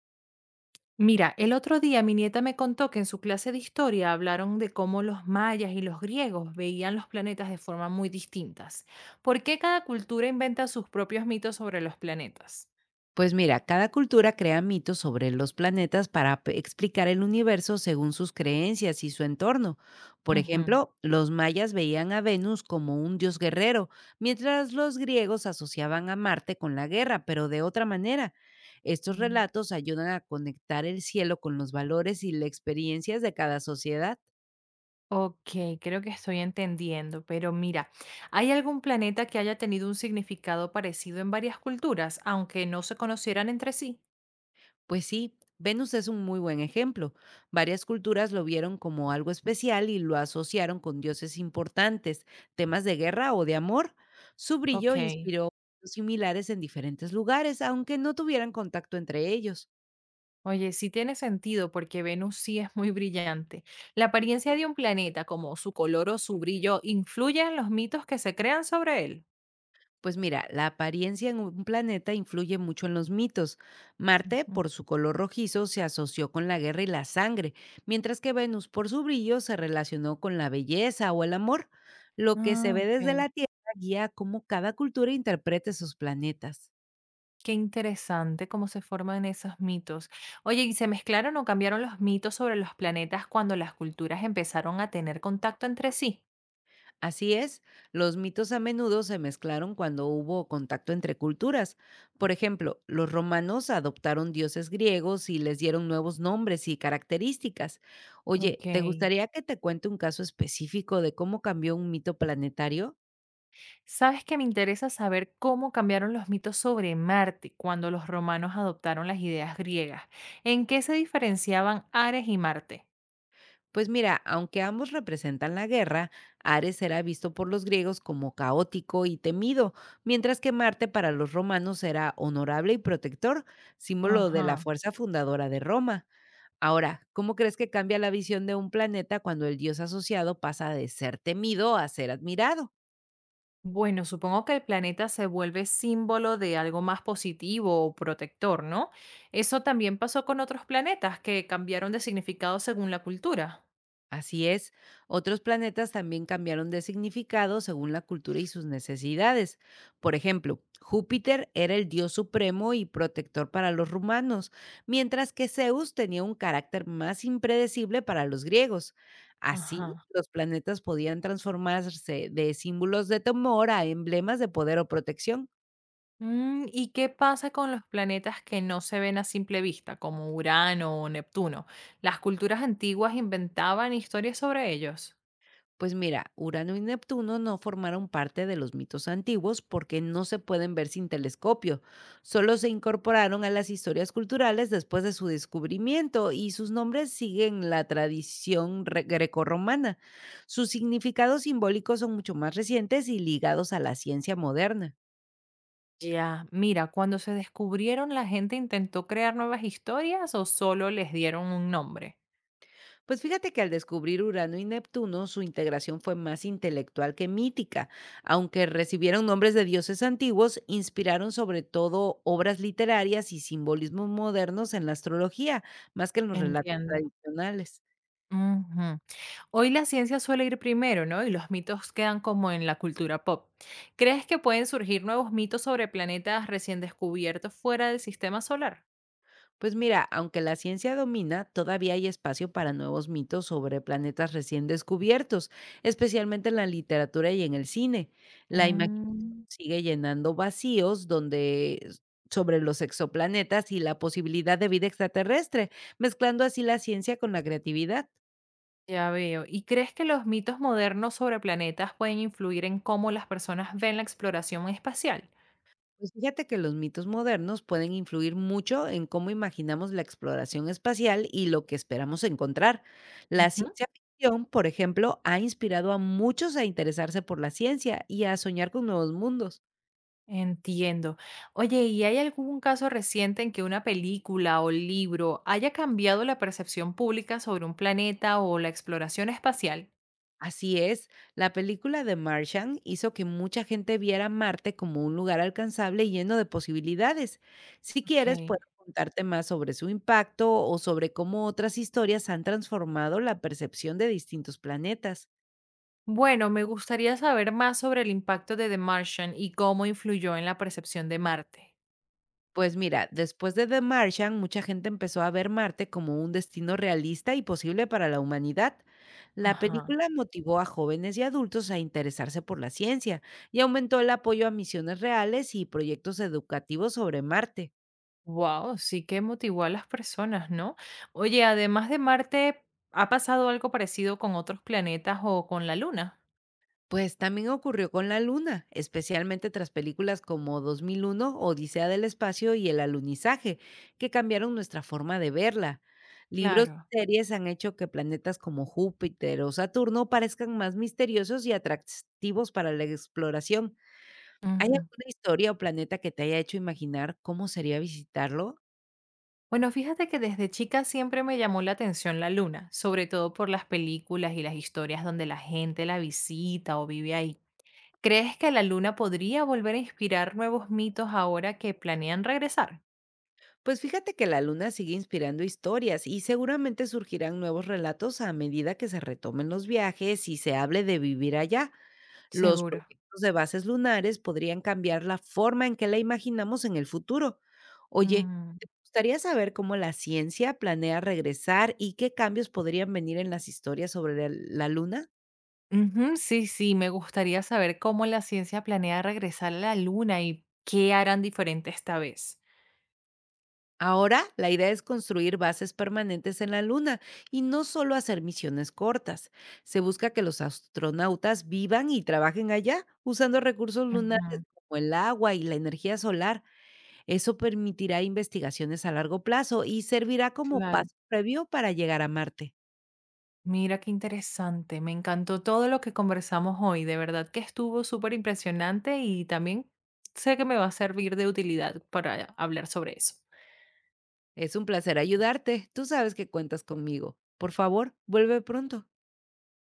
Mira, el otro día mi nieta me contó que en su clase de historia hablaron de cómo los mayas y los griegos veían los planetas de forma muy distintas. ¿Por qué cada cultura inventa sus propios mitos sobre los planetas? Pues mira, cada cultura crea mitos sobre los planetas para explicar el universo según sus creencias y su entorno. Por Ujú. ejemplo, los mayas veían a Venus como un dios guerrero, mientras los griegos asociaban a Marte con la guerra, pero de otra manera. Estos Mm. relatos ayudan a conectar el cielo con los valores y las experiencias de cada sociedad. Ok, creo que estoy entendiendo, pero mira, ¿hay algún planeta que haya tenido un significado parecido en varias culturas, aunque no se conocieran entre sí? Pues sí, Venus es un muy buen ejemplo. Varias culturas lo vieron como algo especial y lo asociaron con dioses importantes, temas de guerra o de amor. Su brillo Ok. inspiró similares en diferentes lugares, aunque no tuvieran contacto entre ellos. Oye, sí tiene sentido porque Venus sí es muy brillante. La apariencia de un planeta, como su color o su brillo, influye en los mitos que se crean sobre él. Pues mira, la apariencia en un planeta influye mucho en los mitos. Marte, Ujú. por su color rojizo, se asoció con la guerra y la sangre, mientras que Venus, por su brillo, se relacionó con la belleza o el amor. Lo que se Ah, ve desde la ok. Tierra guía cómo cada cultura interprete sus planetas. Qué interesante cómo se forman esos mitos. Oye, ¿y se mezclaron o cambiaron los mitos sobre los planetas cuando las culturas empezaron a tener contacto entre sí? Así es, los mitos a menudo se mezclaron cuando hubo contacto entre culturas. Por ejemplo, los romanos adoptaron dioses griegos y les dieron nuevos nombres y características. Oye, Ok. ¿te gustaría que te cuente un caso específico de cómo cambió un mito planetario? Sabes que me interesa saber cómo cambiaron los mitos sobre Marte cuando los romanos adoptaron las ideas griegas. ¿En qué se diferenciaban Ares y Marte? Pues mira, aunque ambos representan la guerra, Ares era visto por los griegos como caótico y temido, mientras que Marte para los romanos era honorable y protector, símbolo de la Ajá. fuerza fundadora de Roma. Ahora, ¿cómo crees que cambia la visión de un planeta cuando el dios asociado pasa de ser temido a ser admirado? Bueno, supongo que el planeta se vuelve símbolo de algo más positivo o protector, ¿no? Eso también pasó con otros planetas que cambiaron de significado según la cultura. Así es, otros planetas también cambiaron de significado según la cultura y sus necesidades. Por ejemplo, Júpiter era el dios supremo y protector para los rumanos, mientras que Zeus tenía un carácter más impredecible para los griegos. Así, Ajá. los planetas podían transformarse de símbolos de temor a emblemas de poder o protección. Mm, ¿y qué pasa con los planetas que no se ven a simple vista, como Urano o Neptuno? ¿Las culturas antiguas inventaban historias sobre ellos? Pues mira, Urano y Neptuno no formaron parte de los mitos antiguos porque no se pueden ver sin telescopio. Solo se incorporaron a las historias culturales después de su descubrimiento y sus nombres siguen la tradición grecorromana. Sus significados simbólicos son mucho más recientes y ligados a la ciencia moderna. Ya, mira, cuando se descubrieron, ¿la gente intentó crear nuevas historias o solo les dieron un nombre? Pues fíjate que al descubrir Urano y Neptuno, su integración fue más intelectual que mítica. Aunque recibieron nombres de dioses antiguos, inspiraron sobre todo obras literarias y simbolismos modernos en la astrología, más que en los relatos Entiendo. tradicionales. Ujú. Hoy la ciencia suele ir primero, ¿no? Y los mitos quedan como en la cultura pop. ¿Crees que pueden surgir nuevos mitos sobre planetas recién descubiertos fuera del sistema solar? Pues mira, aunque la ciencia domina, todavía hay espacio para nuevos mitos sobre planetas recién descubiertos, especialmente en la literatura y en el cine. La imaginación Mm. sigue llenando vacíos sobre los exoplanetas y la posibilidad de vida extraterrestre, mezclando así la ciencia con la creatividad. Ya veo. ¿Y crees que los mitos modernos sobre planetas pueden influir en cómo las personas ven la exploración espacial? Pues fíjate que los mitos modernos pueden influir mucho en cómo imaginamos la exploración espacial y lo que esperamos encontrar. La Ujú. ciencia ficción, por ejemplo, ha inspirado a muchos a interesarse por la ciencia y a soñar con nuevos mundos. Entiendo. Oye, ¿y hay algún caso reciente en que una película o libro haya cambiado la percepción pública sobre un planeta o la exploración espacial? Así es, la película de Martian hizo que mucha gente viera Marte como un lugar alcanzable y lleno de posibilidades. Si quieres, Ok. puedo contarte más sobre su impacto o sobre cómo otras historias han transformado la percepción de distintos planetas. Bueno, me gustaría saber más sobre el impacto de The Martian y cómo influyó en la percepción de Marte. Pues mira, después de The Martian, mucha gente empezó a ver Marte como un destino realista y posible para la humanidad. La Ajá. película motivó a jóvenes y adultos a interesarse por la ciencia y aumentó el apoyo a misiones reales y proyectos educativos sobre Marte. Wow, sí que motivó a las personas, ¿no? Oye, además de Marte, ¿ha pasado algo parecido con otros planetas o con la Luna? Pues también ocurrió con la Luna, especialmente tras películas como 2001, Odisea del Espacio y El Alunizaje, que cambiaron nuestra forma de verla. Libros Claro. y series han hecho que planetas como Júpiter o Saturno parezcan más misteriosos y atractivos para la exploración. ¿Hay Ujú. alguna historia o planeta que te haya hecho imaginar cómo sería visitarlo? Bueno, fíjate que desde chica siempre me llamó la atención la Luna, sobre todo por las películas y las historias donde la gente la visita o vive ahí. ¿Crees que la Luna podría volver a inspirar nuevos mitos ahora que planean regresar? Pues fíjate que la Luna sigue inspirando historias y seguramente surgirán nuevos relatos a medida que se retomen los viajes y se hable de vivir allá. Los Seguro. proyectos de bases lunares podrían cambiar la forma en que la imaginamos en el futuro. Oye, Mm. gustaría saber cómo la ciencia planea regresar y qué cambios podrían venir en las historias sobre la Luna. Ujú, sí, me gustaría saber cómo la ciencia planea regresar a la Luna y qué harán diferente esta vez. Ahora, la idea es construir bases permanentes en la Luna y no solo hacer misiones cortas. Se busca que los astronautas vivan y trabajen allá usando recursos lunares Ujú. como el agua y la energía solar. Eso permitirá investigaciones a largo plazo y servirá como Claro. paso previo para llegar a Marte. Mira qué interesante, me encantó todo lo que conversamos hoy, de verdad que estuvo súper impresionante y también sé que me va a servir de utilidad para hablar sobre eso. Es un placer ayudarte. Tú sabes que cuentas conmigo. Por favor, vuelve pronto.